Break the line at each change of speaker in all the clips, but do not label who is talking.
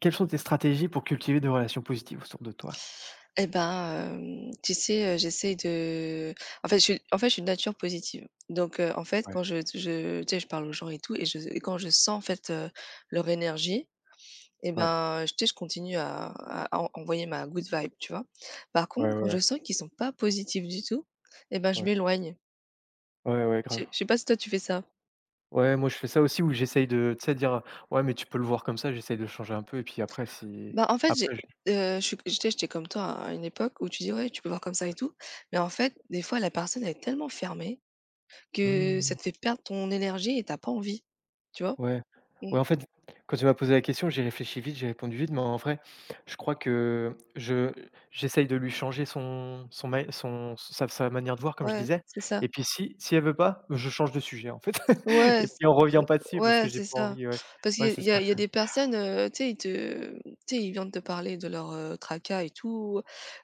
Quelles sont tes stratégies pour cultiver des relations positives autour de toi?
J'essaye de en fait, je suis de nature positive. Donc en fait,
Ouais,
quand je parle aux gens et tout et quand je sens, leur énergie et
ouais,
ben, je tu sais, je continue à en envoyer ma good vibe, tu vois? Par contre,
ouais,
quand je
ouais,
sens qu'ils sont pas positifs du tout et je
ouais,
m'éloigne.
ouais, ouais,
Je
grave.
je sais pas si toi, tu fais ça?
Ouais, moi je fais ça aussi où j'essaye de, tu sais, dire, «Ouais, mais tu peux le voir comme ça», j'essaye de le changer un peu et puis après si
Bah, en fait, j'ai
après je
je suis j'étais comme toi à une époque où tu dis: «Ouais, tu peux voir comme ça et tout», mais en fait, des fois, la personne elle est tellement fermée que ça
mmh,
te fait perdre ton énergie et t'as pas envie, tu vois?
ouais.
Mmh,
Ouais, en fait, quand tu m'as posé la question, j'ai réfléchi vite, j'ai répondu vite, mais en vrai, je crois que je j'essaye de lui changer son son ma son sa sa manière de voir comme je
ouais,
disais
c'est ça.
et puis si elle veut pas, je change de sujet en fait
Ouais,
et
c'est
puis on revient
compl-
pas dessus parce
ouais,
que j'ai
c'est
pas
ça.
envie, ouais.
Parce qu'il y
Ouais,
a
c'est
il y a
ça.
il y a des personnes, tu sais, ils viennent te parler de leur, tracas et tout,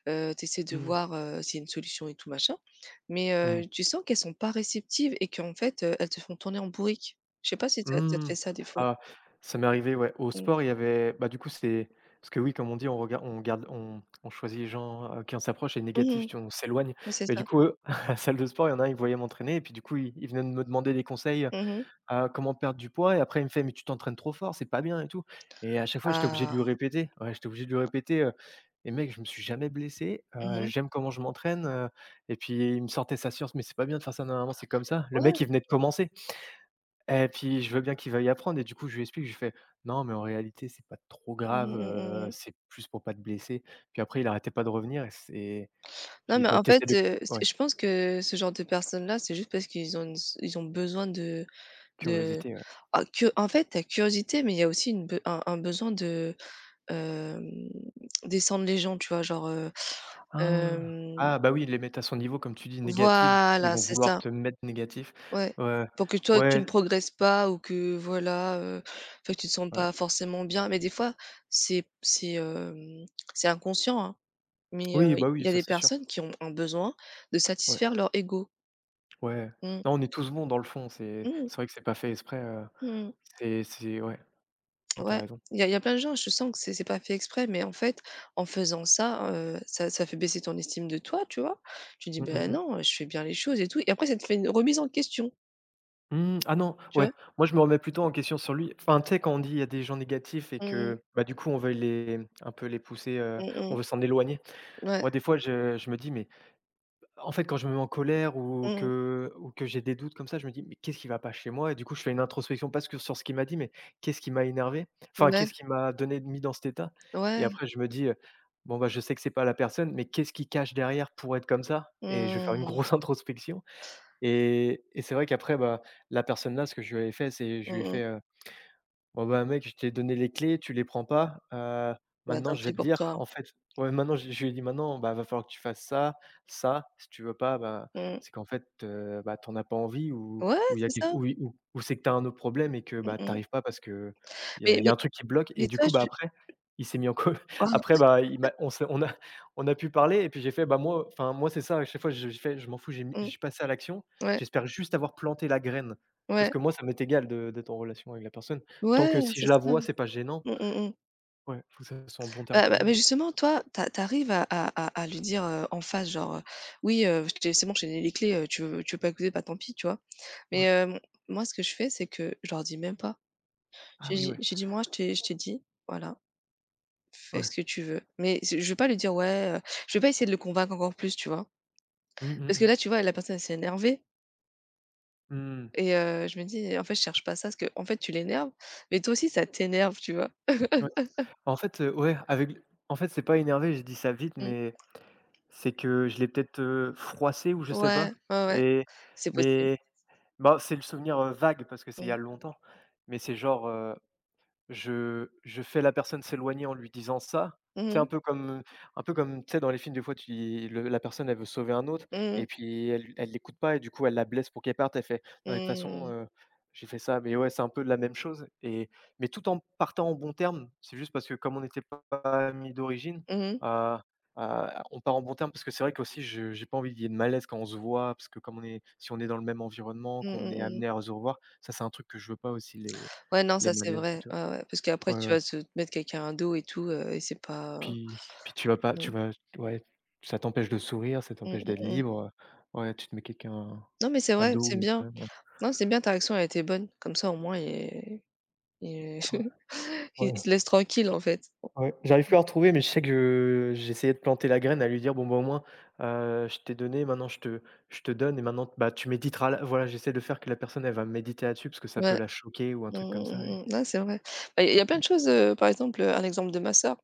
tu essaies de
Mmh.
voir, s'il y a une solution et tout machin, mais
Mmh.
tu sens qu'elles sont pas réceptives et qu'en fait, elles te font tourner en bourrique. Je sais pas si ça te
Mmh.
fait ça des fois?
Ah, ça m'est arrivé, ouais. Au
Mmh.
sport, il y avait bah, du coup, c'est parce que oui, comme on dit, on regarde on garde on choisit les gens, qui on s'approche et négatif,
Mmh.
tu vois, on s'éloigne.
Ouais, c'est
Mais du
ça.
coup, eux, à la salle de sport, il y en a un, il voyait m'entraîner et puis du coup, il venait de me demander des conseils,
Mmh.
comment perdre du poids et après il me fait: «Mais tu t'entraînes trop fort, c'est pas bien et tout» et à chaque fois, j'étais obligé de lui
Ah!
répéter. Ouais, j'étais obligé de lui répéter, et mec, je me suis jamais blessé,
Mmh.
j'aime comment je m'entraîne, et puis il me sortait sa science: «Mais c'est pas bien de faire ça, normalement. C'est comme ça». Le mec,
Ouais.
il venait de commencer. Et puis je veux bien qu'il veuille apprendre et du coup je lui explique, je lui fais: «Non mais en réalité c'est pas trop
Mmh
grave,
mh, mmh, mmh.
c'est plus pour pas te blesser». Puis après il arrêtait pas de revenir et c'est
Non,
puis
mais
bah,
en
tu
fait,
essaies de
c
ouais,
je pense que ce genre de personnes-là, c'est juste parce qu'ils ont une s ils ont besoin de
curiosité, ouais.
ah cu en fait, tu curiosité, mais il y a aussi une be un besoin de, hem, descendre les gens, tu vois? Genre,
Ah!
hem
Ah bah, oui, ils les mettent à son niveau comme tu dis, négatif, du coup ils
voilà,
vont
c'est
vouloir
ça,
te mettre négatif.
ouais.
Ouais,
Pour que toi, tu ne
ouais,
progresses pas ou que voilà, enfin, que tu ne te sens pas
ouais.
forcément bien. Mais des fois, c'est c'est inconscient, hein, mais
Oui, bah,
il
oui,
y a
ça
des
c'est sûr.
personnes qui ont un besoin de
Ouais,
satisfaire leur ego.
ouais.
Mmh.
Non, on est tous bons dans le fond, c'est
Mmh.
c'est vrai que c'est pas fait exprès,
Mmh.
c'est ouais, non, tu
Ouais,
raison.
il y a plein de gens, je sens que c'est pas fait exprès, mais en fait, en faisant ça, ça fait baisser ton estime de toi, tu vois? Tu dis:
Mmh mh,
ben
mmh.
non, je fais bien les choses et tout» et après ça te fait une remise en question,
Mmh, ah non,
tu vois?
ouais, moi je me remets plutôt en question sur lui. Enfin, tu sais, quand on dit il y a des gens négatifs et
Mmh mh.
que, bah, du coup, on veut les un peu les pousser, on
Mmh.
veut s'en éloigner.
Ouais.
Moi, des fois, je me dis: «Mais» en fait, quand je me mets en colère ou
Mmh.
que j'ai des doutes comme ça, je me dis: «Mais qu'est-ce qui va pas chez moi?» et du coup, je fais une introspection, pas que sur ce qu'il m'a dit, mais qu'est-ce qui m'a énervé? Enfin,
Ouais.
qu'est-ce qui m'a donné mis dans cet état? Et
Ouais.
après, je me dis: «Bon, bah, je sais que c'est pas la personne, mais qu'est-ce qui cache derrière pour être comme ça?» et je vais faire une
Mmh.
grosse introspection et c'est vrai qu'après, bah, la personne là, ce que je lui avais fait, c'est je lui ai
Mmh mh.
fait, Bon, bah, mec, je t'ai donné les clés, tu les prends pas. Heu,
Bah,
maintenant,
tant
je vais
pis
te
pour
dire,
toi.
en fait ouais, maintenant, je lui ai dit: «Maintenant, bah, va falloir que tu fasses ça, ça. Si tu veux pas, bah,
Mmh.
c'est qu'en fait, bah, t'en as pas envie ou
Ouais,
il y a
c'est
quelque
ça.
ou c'est que t'as un autre problème et que,
Mmh
bah,
mh.
t'arrives pas parce qu'il y a
Mais
il y a
mais
un truc qui bloque» et
mais
du
toi,
coup, bah,
je
après, il s'est mis en co
waouh!
après, bah, il m'a on s'est on a pu parler et puis j'ai fait: «Bah, moi, enfin, moi, c'est ça, à chaque fois, je m'en fous, j'ai mis
Mmh.
je suis passé à l'action.
Ouais.
J'espère juste avoir planté la graine» parce
Ouais.
que moi, ça m'est égal de d'être en relation avec la personne. Tant
Ouais,
que si
c'est
je la
ça.
vois, c'est pas gênant.
Mmh mh mh.
Ouais, faut que ça soit en bons termes
Bah,
quand même.
mais justement, toi, tu tu à lui dire, en face, genre, «Oui, je t'ai c'est bon, je t'ai donné les clés, heu, tu veux pas écouter, bah tant pis», tu vois? Mais
Ouais.
moi ce que je fais, c'est que je leur dis même pas.
Ah
J'ai
oui,
dit
ouais,
j'ai dit: «Moi, je t'ai dit, voilà, fais ce
ouais.
que tu veux». Mais c'est je vais pas lui dire: «Ouais», je vais pas essayer de le convaincre encore plus, tu vois?
Mmh, mmh
Parce que
mh.
là, tu vois, la personne, elle s'est énervée
Mmh.
et je me dis: «En fait, je cherche pas ça», parce que en fait, tu l'énerves, mais toi aussi ça t'énerve, tu vois?
Ouais. En fait, ouais, avec l en fait, c'est pas énervé, j'ai dit ça vite,
Mmh.
mais c'est que je l'ai peut-être, froissée ou je sais pas
Ouais, ouais, ouais,
et
c'est possible.
mais bah, c'est le souvenir, vague parce que c'est il y
Mmh.
a longtemps, mais c'est genre. Je fais la personne s'éloigner en lui disant ça.
Mmh
C'est un
mh.
peu comme tu sais, dans les films, des fois, tu dis le la personne, elle veut sauver un autre
Mmh
et
mh.
puis elle l'écoute pas et du coup, elle la blesse pour qu'elle parte. Elle fait: «Non, mais de toute façon,
Mmh.
j'ai fait ça». Mais ouais, c'est un peu la même chose et mais tout en partant en bon terme. C'est juste parce que comme on n'était pas amis d'origine,
Mmh.
on part en bon terme parce que c'est vrai qu'aussi, je j'ai pas envie qu'il y ait de malaise quand on se voit parce que comme on est si on est dans le même environnement,
Mmh
qu'on
mh
est
mh.
amené à se revoir, ça, c'est un truc que je veux pas aussi, les
Ouais, non,
les
ça c'est
malaises.
vrai. Ouais, ouais, parce qu'après
Ouais,
tu
ouais.
vas se te mettre quelqu'un à dos et tout, et c'est pas
Puis tu vas pas tu
mmh.
vas ouais, ça t'empêche de sourire, ça
Mmh
t'empêche d'être
mh mh.
libre, ouais, tu te mets quelqu'un
Non, mais c'est
à
vrai,
dos,
c'est
mais quand
bien.
même un
Non, c'est bien, ta réaction a été bonne. Comme ça, au moins, il
peu ouais,
il te laisse tranquille, en fait.
ouais, j'arrive
Mmh.
plus à retrouver, mais je sais que je- j'essayais de planter la graine à lui dire: «Bon, bah, au moins, je t'ai donné, maintenant je te donne et maintenant, bah, tu méditeras là». Voilà, j'essaie de faire que la personne, elle va méditer là-dessus parce que ça peut
Ouais.
la choquer ou un
Mmh
truc comme ça et
mh mh mh. Ouais, c'est vrai. Bah, il y a plein de choses, par exemple, un exemple de ma sœur,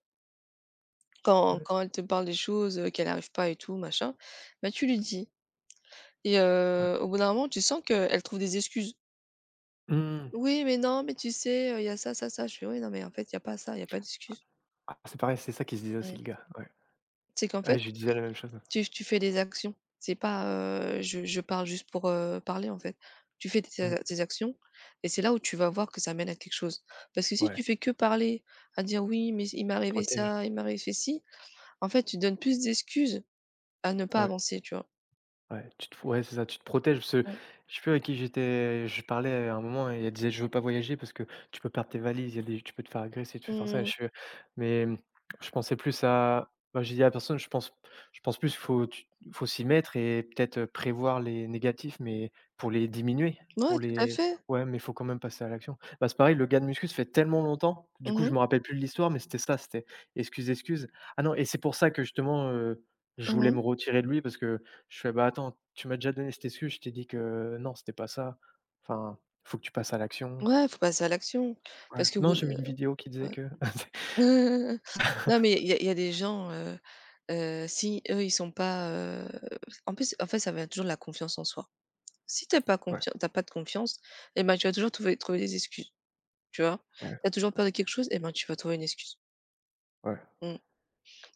quand
ouais,
quand elle te parle des choses, qu'elle arrive pas et tout, machin, bah, tu lui dis et
ouais.
au bout d'un moment, tu sens qu'elle trouve des excuses.
Mmh.
Oui, mais non, mais tu sais, il y a ça, ça, ça. Je fais: «Oui, non, mais en fait, il y a pas ça, il y a pas d'excuse».
Ah, c'est pareil, c'est ça qu'il se disait aussi
Mmh.
le gars, ouais.
C'est qu'en
Ouais,
fait,
je lui disais la même chose.
tu tu fais des actions. C'est pas, heu, je parle juste pour, parler, en fait. Tu fais tes
Mmh.
tes actions et c'est là où tu vas voir que ça mène à quelque chose. Parce que si
Ouais,
tu fais que parler, à dire: «Oui, mais il m'est
tu te
arrivé
protèges,
ça, il m'est arrivé ci», en fait, tu donnes plus d'excuses à ne pas
ouais.
avancer, tu vois?
Ouais, tu te ouais, c'est ça, tu te protèges parce que
Mmh.
je sais plus avec qui j'étais je parlais à un moment et elle disait: «Je veux pas voyager parce que tu peux perdre tes valises, il y a des tu peux te faire agresser, tu peux faire ça». Et
Mmh.
je fais: «Mais» je pensais plus à bah, j'ai dit à la personne: «Je pense plus qu'il faut s'y mettre et peut-être, prévoir les négatifs, mais pour les diminuer,
Ouais,
pour
tout à
les»
fait.
ouais, mais il faut quand même passer à l'action. Bah, c'est pareil, le gain de muscu, ça fait tellement longtemps, du coup,
Mmh
je
mh.
me rappelle plus de l'histoire, mais c'était ça, c'était: «Excuse, excuse». Ah non, et c'est pour ça que justement, je voulais
Mmh.
me retirer de lui parce que je fais: «Bah, attends, tu m'as déjà donné cette excuse, je t'ai dit que non, c'était pas ça. Enfin, faut que tu passes à l'action».
Ouais, faut passer à l'action
Ouais.
parce que.
Non,
Bout
j'ai vu une vidéo qui disait
ouais.
que
Non, mais il y a des gens, si eux, ils sont pas, en plus, en fait, ça vient toujours de la confiance en soi. Si tu pas
ouais,
confian t'as pas de confiance et tu vas toujours trouver des excuses, tu vois?
ouais,
T'as toujours peur de quelque chose et tu vas trouver une excuse.
ouais.
Mmh.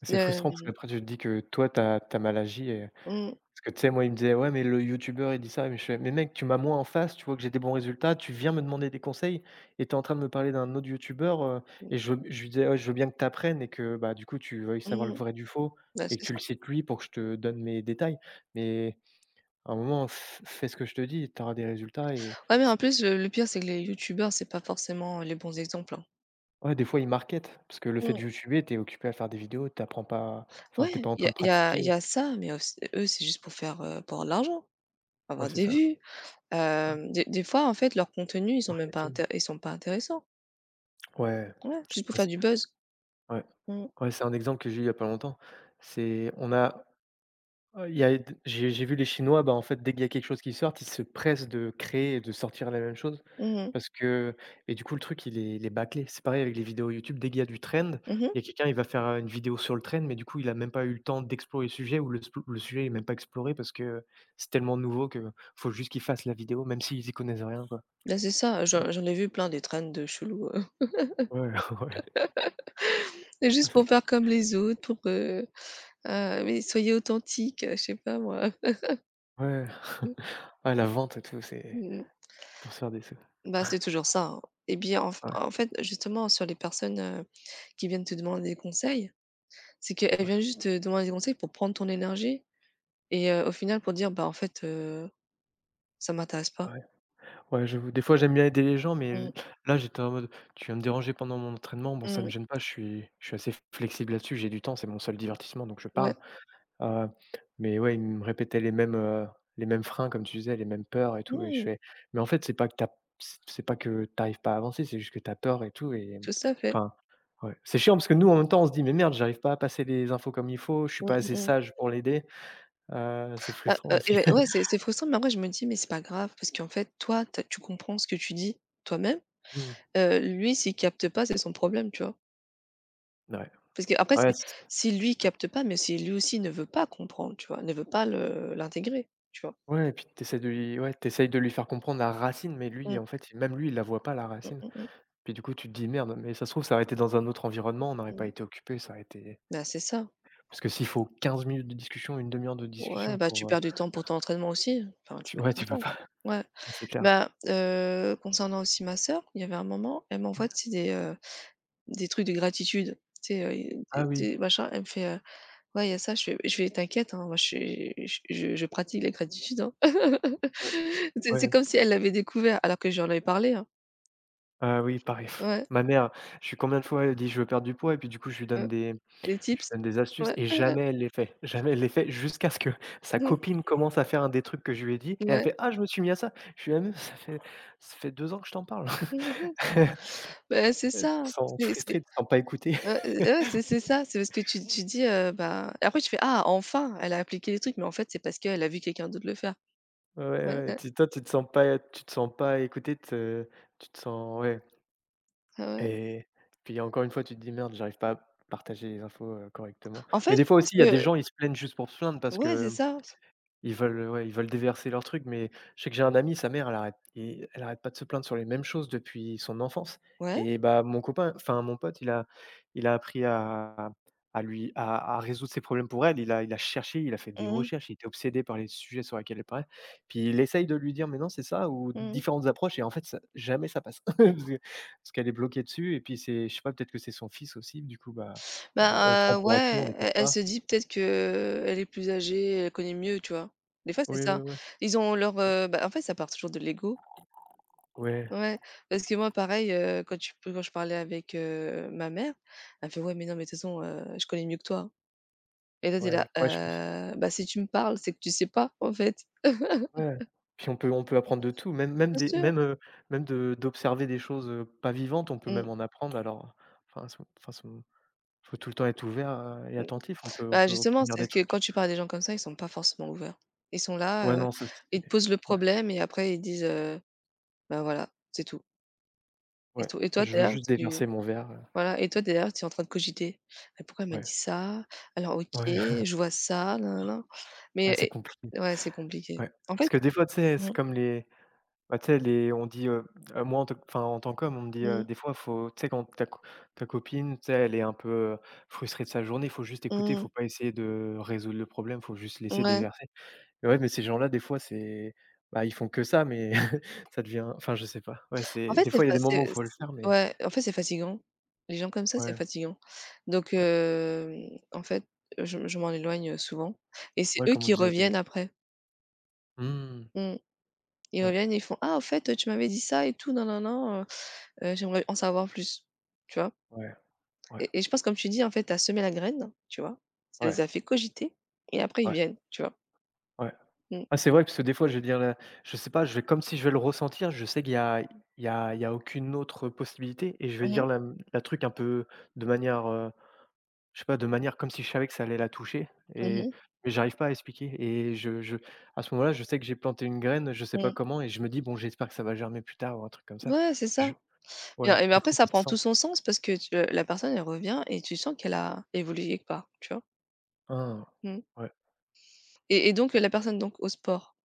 C'est frustrant parce
Heu,
qu'après tu te dis que toi, t'as as mal agi et parce
mmh,
que tu sais, moi, il me disait: «Ouais, mais le youtubeur, il dit ça». Mais je fais: «Mais mec, tu m'as moi en face, tu vois que j'ai des bons résultats, tu viens me demander des conseils et t'es en train de me parler d'un autre youtubeur»
mmh,
et je lui disais: «Ouais, je veux bien que t'apprennes et que, bah, du coup, tu veuilles savoir le
mmh.
vrai du faux
Bah,
et
c'est
que tu
ça.
le cites lui pour que je te donne mes détails». Mais à un moment, f fais ce que je te dis, tu auras des résultats et
Ouais, mais
s
en plus, le pire, c'est que les youtubeurs, c'est pas forcément les bons exemples, hein.
ouais, des fois, ils marketent parce que le fait
Mmh.
de youtuber, tu es occupé à faire des vidéos, tu pas enfin,
Ouais,
t'es pas en
il y
train
a
de
il y a y
pratiquer.
a ça, mais eux, c'est juste pour faire, pour avoir de l'argent,
Ouais,
avoir
c'est
des
ça.
vues.
Ouais,
Des des fois, en fait, leurs contenus,
marketing.
ils sont pas intéressants.
Ouais,
Ouais, juste pour
ouais,
faire
c'est
du buzz.
ouais,
Mmh.
ouais, c'est un exemple que j'ai eu il y a pas longtemps. C'est on a il y a j'ai vu les Chinois, bah, en fait, dès qu'il y a quelque chose qui sort ils se pressent de créer et de sortir la même chose
Mmh mh.
parce que et du coup, le truc, il est bâclé. C'est pareil avec les vidéos YouTube, dès qu'il y a du trend,
Mmh.
il y a quelqu'un, il va faire, une vidéo sur le trend, mais du coup, il a même pas eu le temps d'explorer le sujet ou le sujet est même pas exploré parce que c'est tellement nouveau que faut juste qu'ils fassent la vidéo, même s'ils y connaissent rien, quoi
Bah, c'est ça, j'en
et
j'en ai vu plein des trains de chelous,
ouais, ouais.
c'est
Ah,
juste
c'est
pour
dingue.
faire comme les autres, pour, oui, soyez authentique je sais pas moi.
Ouais, ouais, la vente et tout, c'est
Mmh.
pour se faire des sous.
Bah, c'est toujours ça, hein et bien,
Ouais,
en fait, justement, sur les personnes, qui viennent te demander des conseils, c'est qu'elles
ouais,
viennent juste te demander des conseils pour prendre ton énergie et au final, pour dire: «Bah, en fait, ça m'intéresse pas».
ouais. Ouais, j'avoue, des fois j'aime bien aider les gens, mais
Mmh.
l là j'étais en mode: «Tu viens me déranger pendant mon entraînement». Bon, ça me
Mmh.
gêne pas, je suis assez flexible là-dessus, j'ai du temps, c'est mon seul divertissement, donc je
Ouais.
parle. Heu, mais ouais, il me répétait les mêmes freins comme tu disais, les mêmes peurs et tout et je
Mmh.
fais: «Mais en fait, c'est pas que t'arrives pas à avancer, c'est juste que t'as peur et tout» et
Tout à fait.
enfin, ouais. C'est chiant parce que nous, en même temps, on se dit: «Mais merde, j'arrive pas à passer les infos comme il faut, je suis
Mmh
pas assez
mh.
sage pour l'aider». C'est frustrant
Et
aussi.
beh, ouais, c'est c'est frustrant, mais après je me dis: «Mais c'est pas grave» parce qu'en fait toi, tu tu comprends ce que tu dis toi-même.
Mmh,
Lui s'il capte pas, c'est son problème, tu vois?
ouais.
Parce qu'après
Ouais,
c'est si lui capte pas, mais si lui aussi ne veut pas comprendre, tu vois? Ne veut pas le l'intégrer, tu vois?
ouais et puis t'essaies de lui ouais, tu de lui faire comprendre la racine, mais
Mmh,
lui, en fait, même lui, il la voit pas la
mmh
racine.
mh,
Puis du coup, tu te dis: «Merde, mais ça se trouve, ça aurait été dans un autre environnement, on n'aurait pas
mmh.
été occupé ça aurait été»
Bah, c'est ça.
parce que s'il faut 15 minutes de discussion, une demi heure de
Ouais,
discussion
bah, tu
pour,
perds du temps pour ton entraînement aussi, enfin tu perds ton
tu peux
temps.
pas,
Ouais.
c'est clair.
Bah, concernant aussi ma sœur, il y avait un moment, elle m'envoie,
Ouais.
tu sais, des trucs de gratitude, tu sais,
Ah oui,
des machins. Elle me fait, «Ouais, il y a ça». Je fais: «T'inquiète, hein, moi je suis je pratique la gratitude, hein».
ouais, ouais,
C'est comme si elle l'avait découvert alors que j'en avais parlé, hein.
ah oui, pareil.
Ouais,
Ma mère, je suis combien de fois, elle dit: «Je veux perdre du poids» et puis du coup,
ouais, des
Je lui
tips.
donne des astuces
Ouais,
et jamais elle les fait. Jamais elle les fait jusqu'à ce que sa
ouais,
copine commence à faire un des trucs que je lui ai dit et elle
ouais.
fait: «Ah je me suis mis à ça». Je suis «Ah meuf, ça fait 2 ans que je t'en parle».
Bah, c'est
Tu
ça,
te sens frustré
c'est
tu te sens pas écoutée.
ouais, ouais, c'est ça, c'est parce que tu tu dis, bah après tu fais: «Ah enfin, elle a appliqué les trucs», mais en fait, c'est parce qu'elle a vu quelqu'un d'autre le faire.
Ouais,
Ouais,
ouais,
ouais,
tu toi, tu te sens pas tu te sens pas écoutée, tu te sens ouais
ouais, ouais.
et puis encore une fois, tu te dis: «Merde, j'arrive pas à partager les infos, correctement».
En fait,
Mais des
je
fois
pense
aussi, il y a
que
des gens, ils se plaignent juste pour se plaindre parce
ouais, c'est
que
ça.
ils veulent, ouais, ils veulent déverser leur truc, mais je sais que j'ai un ami, sa mère, elle arrête pas de se plaindre sur les mêmes choses depuis son enfance
Ouais.
et bah, mon copain enfin mon pote, il a appris à lui à résoudre ses problèmes pour elle. Il a cherché, il a fait des
Mmh.
recherches, il était obsédé par les sujets sur lesquels elle parlait. Puis il essaye de lui dire: «Mais non, c'est ça» ou
Mmh.
différentes approches et en fait ça jamais ça passe. Parce que parce qu'elle est bloquée dessus et puis c'est je sais pas, peut-être que c'est son fils aussi, du coup, bah, on
Bah,
prend pour acquis, on
ouais,
n'écoute
elle elle se
pas.
dit peut-être que elle est plus âgée, elle connaît mieux, tu vois? Des fois, c'est
Oui,
ça.
oui, oui,
Ils ont leur, bah, en fait, ça part toujours de l'ego.
ouais,
Ouais, parce que moi, pareil, heu, quand je parlais avec, ma mère, elle fait: «Ouais, mais non, mais de toute façon, je connais mieux que toi». Et là tu
ouais,
là:
ouais, je pense.
Bah, si tu me parles, c'est que tu sais pas, en fait».
Ouais, puis on peut apprendre de tout, même même
Bien
des
sûr.
même, heu, même de d'observer des choses, pas vivantes, on peut
Mmh,
même en apprendre alors, enfin son faut tout le temps être ouvert, et
mmh.
attentif, on peut on
Bah,
peut
justement,
obtenir
c'est
des
que
trucs.
quand tu parles à des gens comme ça, ils sont pas forcément ouverts. Ils sont
Ouais,
là,
non, ça c'est
ils te posent le
ouais,
problème et après ils disent, «Bah, voilà, c'est tout».
ouais,
Et toi,
je
tu
veux
là,
juste
tu
déverser mon verre,
voilà et toi derrière, tu es en train de cogiter. «Mais pourquoi elle m'a
ouais,
dit ça? Alors OK,
ouais,
je vois ça, nanana»
ouais, c'est
mais
compliqué,
et ouais, c'est compliqué.
ouais.
En
Parce
fait
que des fois, tu sais,
mmh,
c'est comme les bah, tu sais, les on dit, moi, en tant que- enfin, en tant qu'homme, on me dit,
mmh,
des fois, faut tu sais, quand ta copine, tu sais, elle est un peu, frustrée de sa journée, il faut juste écouter, il
mmh,
faut pas essayer de résoudre le problème, faut juste laisser
ouais.
déverser. Mais ouais, mais ces gens-là, des fois, c'est bah, ils font que ça, mais ça devient enfin, je sais pas. Ouais,
En
c'est
fait,
des fois, il y a des moments où faut le
c'est
faire, mais
ouais, en fait, c'est fatigant. Les gens comme ça, c'est
ouais,
fatigant. Donc
ouais,
en fait, je m'en éloigne, souvent et c'est
ouais,
eux
comme on
qui
disait au début.
reviennent après.
Mmh,
Mmh. Ils
ouais,
reviennent et ils font: «Ah, au fait, tu m'avais dit ça et tout, nanana, j'aimerais en savoir plus». Tu vois?
ouais, ouais,
Et je pense comme tu dis, en fait, t'as semé la graine, tu vois? Ça
ouais,
les a fait cogiter et après ils
ouais,
viennent, tu vois?
ouais.
Mmh.
Ah, c'est vrai parce que des fois, je vais dire, je sais pas, je vais comme si je vais le ressentir, je sais qu'il y a il y a il y a aucune autre possibilité et je vais
Mmh mh.
dire la, mmh, la truc un peu de manière, je sais pas, de manière comme si je savais que ça allait la toucher et
Mmh.
mais j'arrive pas à expliquer et je à ce moment-là, je sais que j'ai planté une graine, je sais pas
Mmh.
comment et je me dis: «Bon, j'espère que ça va germer plus tard» ou un truc comme ça.
Ouais, c'est ça.
Je ouais,
Et mais
des
après
fois
ça
ça se
prend
sent.
tout son sens parce que tu, la personne elle revient et tu sens qu'elle a évolué quelque part, tu vois?
Hein.
Mmh
Ouais.
et donc la personne donc au sport,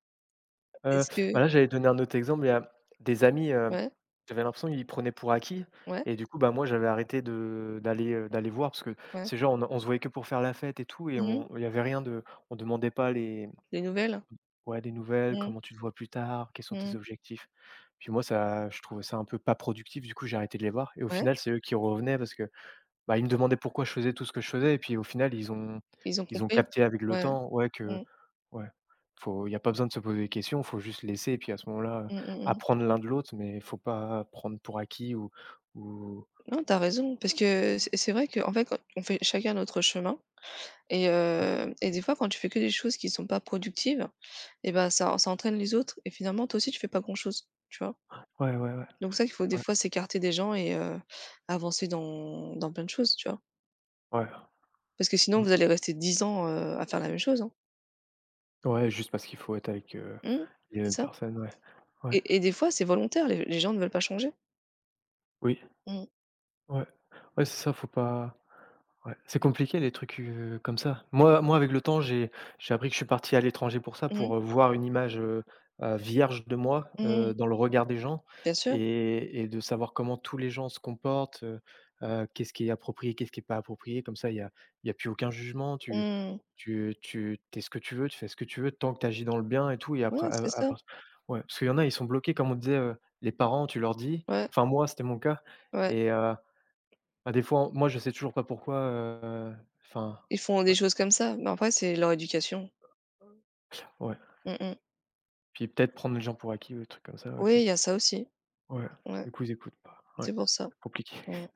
Heu,
est-ce que
bah, là, j'allais donner un autre exemple, il y a des amis,
ouais,
j'avais l'impression ils prenaient pour acquis
ouais,
et du coup, bah, moi, j'avais arrêté de d'aller voir parce que
ouais.
c'est genre on se voyait que pour faire la fête et tout et
Mmh mh.
on il y avait rien de on demandait pas les
Nouvelles?
ouais, des nouvelles,
Mmh.
comment tu te vois plus tard, quels sont tes
Mmh.
objectifs? Puis moi, ça je trouvais ça un peu pas productif, du coup, j'ai arrêté de les voir et au
Ouais,
final, c'est eux qui revenaient parce que bah, ils me demandaient pourquoi je faisais tout ce que je faisais et puis au final ils ont
ils ont
ils ont
compris?
capté avec le
Ouais.
temps, ouais, que
Mmh.
ouais, faut il y a pas besoin de se poser des questions, faut juste laisser et puis à ce moment-là,
Mmh, mmh mh.
apprendre l'un de l'autre, mais faut pas prendre pour acquis ou
Non, t'as raison parce que c'est vrai qu'en fait, quand on fait chacun notre chemin et et des fois, quand tu fais que des choses qui sont pas productives et ça ça entraîne les autres et finalement toi aussi tu fais pas grand-chose, tu vois?
ouais, ouais, ouais,
Donc ça, il faut des
ouais,
fois s'écarter des gens et avancer dans plein de choses, tu vois?
ouais,
Parce que sinon
mmh
vous
mh.
allez rester 10 ans, à faire la même chose, hein.
Ouais, juste parce qu'il faut être avec,
Mmh,
les
c'est
mêmes
ça
personnes, ouais, ouais,
et des fois c'est volontaire, les gens ne veulent pas changer.
oui,
Mmh.
ouais, ouais, c'est ça, faut pas ouais, c'est compliqué les trucs, comme ça. Moi avec le temps, j'ai appris que je suis parti à l'étranger pour ça,
Mmh mh.
pour, voir une image, vierge de moi,
Mmh.
dans le regard des gens
Bien sûr.
et de savoir comment tous les gens se comportent, qu'est-ce qui est approprié, qu'est-ce qui est pas approprié. Comme ça, il y a plus aucun jugement. Tu
Mmh.
tu tu tu es ce que tu veux, tu fais ce que tu veux tant que tu agis dans le bien et tout et
Ouais,
après
c'est
à
ça.
part ouais, parce qu'il y en a, ils sont bloqués comme on disait, les parents, tu leur dis
Ouais,
enfin moi, c'était mon cas
ouais.
et bah, des fois, moi, je sais toujours pas pourquoi, enfin,
Ils font des
ouais,
choses comme ça, mais après c'est leur éducation.
ouais.
Mmh mh.
Puis peut-être prendre les gens pour acquis ou des trucs comme ça
Oui,
aussi.
il y a ça aussi.
Ouais,
Ouais,
du coup, ils écoutent pas. Ouais,
c'est pour ça.
compliqué.
Mmh.